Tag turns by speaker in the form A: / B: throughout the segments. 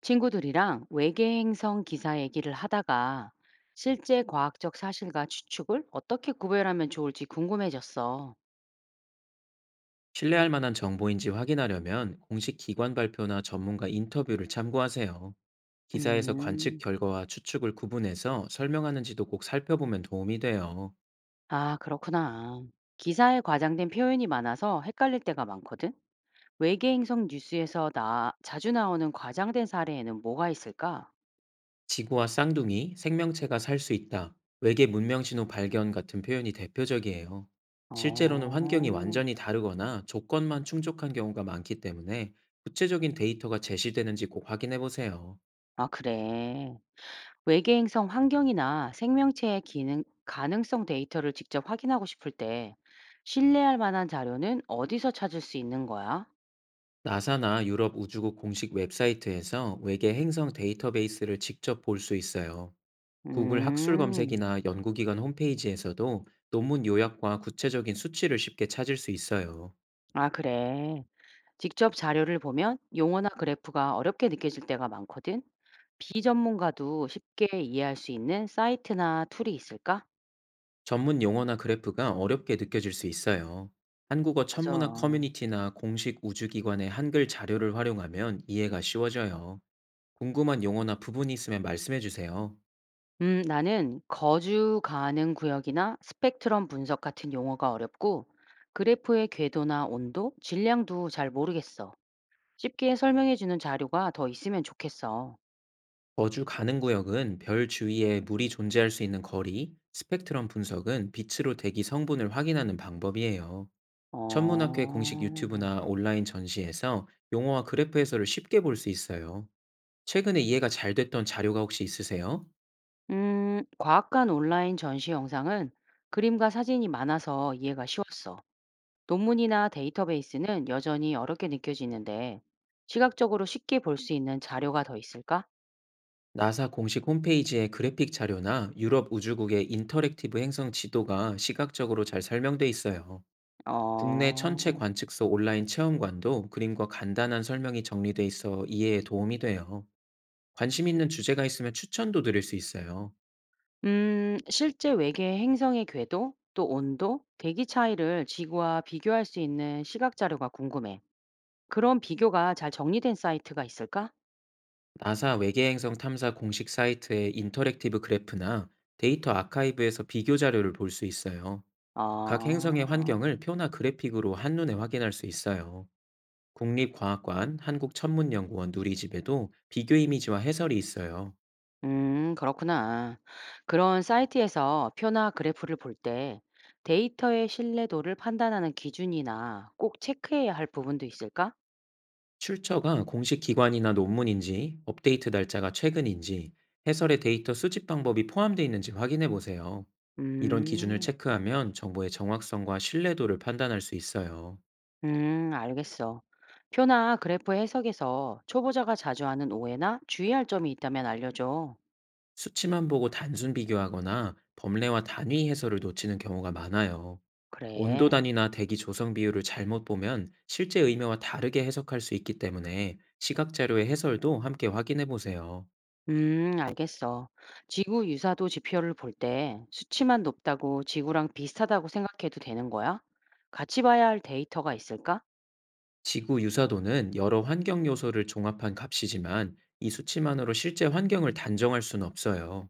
A: 친구들이랑 외계 행성 기사 얘기를 하다가 실제 과학적 사실과 추측을 어떻게 구별하면 좋을지 궁금해졌어.
B: 신뢰할 만한 정보인지 확인하려면 공식 기관 발표나 전문가 인터뷰를 참고하세요. 기사에서 관측
A: 음,
B: 결과와 추측을 구분해서 설명하는지도 꼭 살펴보면 도움이 돼요.
A: 아, 그렇구나. 기사에 과장된 표현이 많아서 헷갈릴 때가 많거든. 외계 행성 뉴스에서 나 자주 나오는 과장된 사례에는 뭐가 있을까?
B: 지구와 쌍둥이, 생명체가 살 수 있다, 외계 문명 신호 발견 같은 표현이 대표적이에요. 실제로는 환경이
A: 어,
B: 완전히 다르거나 조건만 충족한 경우가 많기 때문에 구체적인 데이터가 제시되는지 꼭 확인해 보세요.
A: 아, 그래. 외계행성 환경이나 생명체의 기능, 가능성 데이터를 직접 확인하고 싶을 때 신뢰할 만한 자료는 어디서 찾을 수 있는 거야?
B: 나사나 유럽 우주국 공식 웹사이트에서 외계 행성 데이터베이스를 직접 볼 수 있어요. 구글 학술
A: 음,
B: 검색이나 연구기관 홈페이지에서도 논문 요약과 구체적인 수치를 쉽게 찾을 수 있어요.
A: 아, 그래. 직접 자료를 보면 용어나 그래프가 어렵게 느껴질 때가 많거든. 비전문가도 쉽게 이해할 수 있는 사이트나 툴이 있을까?
B: 전문 용어나 그래프가 어렵게 느껴질 수 있어요. 한국어
A: 맞아.
B: 천문학 커뮤니티나 공식 우주기관의 한글 자료를 활용하면 이해가 쉬워져요. 궁금한 용어나 부분이 있으면 말씀해 주세요.
A: 나는 거주 가능 구역이나 스펙트럼 분석 같은 용어가 어렵고 그래프의 궤도나 온도, 질량도 잘 모르겠어. 쉽게 설명해 주는 자료가 더 있으면 좋겠어.
B: 거주 가능 구역은 별 주위에 물이 존재할 수 있는 거리, 스펙트럼 분석은 빛으로 대기 성분을 확인하는 방법이에요.
A: 어,
B: 천문학회 공식 유튜브나 온라인 전시에서 용어와 그래프 해설을 쉽게 볼 수 있어요. 최근에 이해가 잘 됐던 자료가 혹시 있으세요?
A: 과학관 온라인 전시 영상은 그림과 사진이 많아서 이해가 쉬웠어. 논문이나 데이터베이스는 여전히 어렵게 느껴지는데 시각적으로 쉽게 볼 수 있는 자료가 더 있을까?
B: 나사 공식 홈페이지의 그래픽 자료나 유럽 우주국의 인터랙티브 행성 지도가 시각적으로 잘 설명돼 있어요. 국내 천체
A: 어,
B: 관측소 온라인 체험관도 그림과 간단한 설명이 정리돼 있어 이해에 도움이 돼요. 관심 있는 주제가 있으면 추천도 드릴 수 있어요.
A: 실제 외계 행성의 궤도, 또 온도, 대기 차이를 지구와 비교할 수 있는 시각 자료가 궁금해. 그런 비교가 잘 정리된 사이트가 있을까?
B: 나사 외계행성 탐사 공식 사이트의 인터랙티브 그래프나 데이터 아카이브에서 비교 자료를 볼 수 있어요. 각
A: 아,
B: 행성의 환경을 표나 그래픽으로 한눈에 확인할 수 있어요. 국립과학관, 한국천문연구원 누리집에도 비교 이미지와 해설이 있어요.
A: 그렇구나. 그런 사이트에서 표나 그래프를 볼 때 데이터의 신뢰도를 판단하는 기준이나 꼭 체크해야 할 부분도 있을까?
B: 출처가 공식 기관이나 논문인지, 업데이트 날짜가 최근인지, 해설의 데이터 수집 방법이 포함되어 있는지 확인해 보세요. 이런 기준을
A: 음,
B: 체크하면 정보의 정확성과 신뢰도를 판단할 수 있어요.
A: 알겠어. 표나 그래프 해석에서 초보자가 자주 하는 오해나 주의할 점이 있다면 알려줘.
B: 수치만 보고 단순 비교하거나 범례와 단위 해설을 놓치는 경우가 많아요. 온도
A: 그래.
B: 단위나 대기 조성 비율을 잘못 보면 실제 의미와 다르게 해석할 수 있기 때문에 시각 자료의 해설도 함께 확인해 보세요.
A: 알겠어. 지구 유사도 지표를 볼 때 수치만 높다고 지구랑 비슷하다고 생각해도 되는 거야? 같이 봐야 할 데이터가 있을까?
B: 지구 유사도는 여러 환경 요소를 종합한 값이지만 이 수치만으로 실제 환경을 단정할 수는 없어요.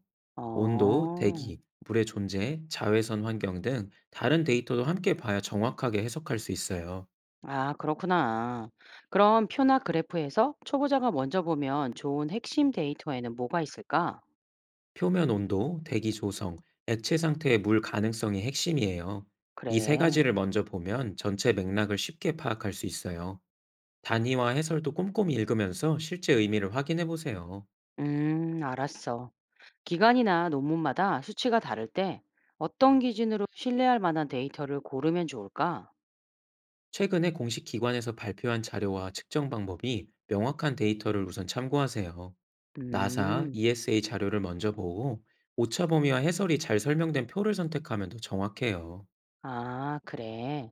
B: 온도,
A: 어,
B: 대기, 물의 존재, 자외선 환경 등 다른 데이터도 함께 봐야 정확하게 해석할 수 있어요.
A: 아, 그렇구나. 그럼 표나 그래프에서 초보자가 먼저 보면 좋은 핵심 데이터에는 뭐가 있을까?
B: 표면 온도, 대기 조성, 액체 상태의 물 가능성이 핵심이에요. 이 세
A: 그래.
B: 가지를 먼저 보면 전체 맥락을 쉽게 파악할 수 있어요. 단위와 해설도 꼼꼼히 읽으면서 실제 의미를 확인해 보세요.
A: 알았어. 기간이나 논문마다 수치가 다를 때 어떤 기준으로 신뢰할 만한 데이터를 고르면 좋을까?
B: 최근에 공식 기관에서 발표한 자료와 측정 방법이 명확한 데이터를 우선 참고하세요. 나사,
A: 음.
B: ESA 자료를 먼저 보고 오차 범위와 해설이 잘 설명된 표를 선택하면 더 정확해요.
A: 아, 그래.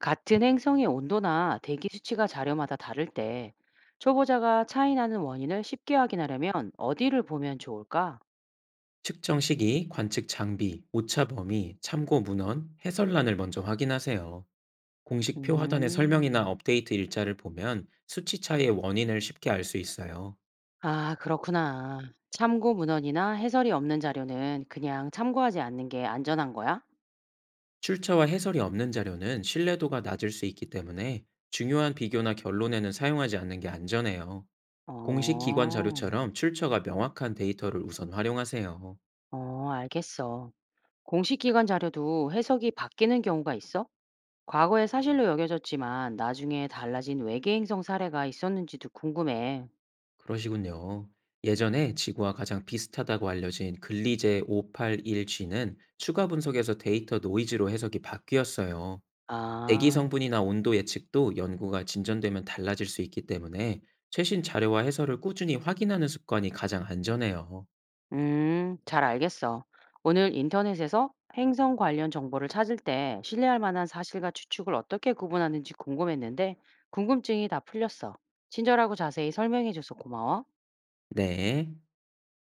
A: 같은 행성의 온도나 대기 수치가 자료마다 다를 때 초보자가 차이 나는 원인을 쉽게 확인하려면 어디를 보면 좋을까?
B: 측정 시기, 관측 장비, 오차 범위, 참고 문헌, 해설란을 먼저 확인하세요. 공식 표 하단의 설명이나
A: 음,
B: 업데이트 일자를 보면 수치 차이의 원인을 쉽게 알 수 있어요.
A: 아, 그렇구나. 참고 문헌이나 해설이 없는 자료는 그냥 참고하지 않는 게 안전한 거야?
B: 출처와 해설이 없는 자료는 신뢰도가 낮을 수 있기 때문에 중요한 비교나 결론에는 사용하지 않는 게 안전해요. 공식 기관
A: 어,
B: 자료처럼 출처가 명확한 데이터를 우선 활용하세요.
A: 어, 알겠어. 공식 기관 자료도 해석이 바뀌는 경우가 있어? 과거에 사실로 여겨졌지만 나중에 달라진 외계 행성 사례가 있었는지도 궁금해.
B: 그러시군요. 예전에 지구와 가장 비슷하다고 알려진 글리제 581G는 추가 분석에서 데이터 노이즈로 해석이 바뀌었어요. 대기
A: 아.
B: 성분이나 온도 예측도 연구가 진전되면 달라질 수 있기 때문에 최신 자료와 해설을 꾸준히 확인하는 습관이 가장 안전해요.
A: 음. 잘 알겠어. 오늘 인터넷에서 행성 관련 정보를 찾을 때 신뢰할 만한 사실과 추측을 어떻게 구분하는지 궁금했는데 궁금증이 다 풀렸어. 친절하고 자세히 설명해줘서 고마워.
B: 네.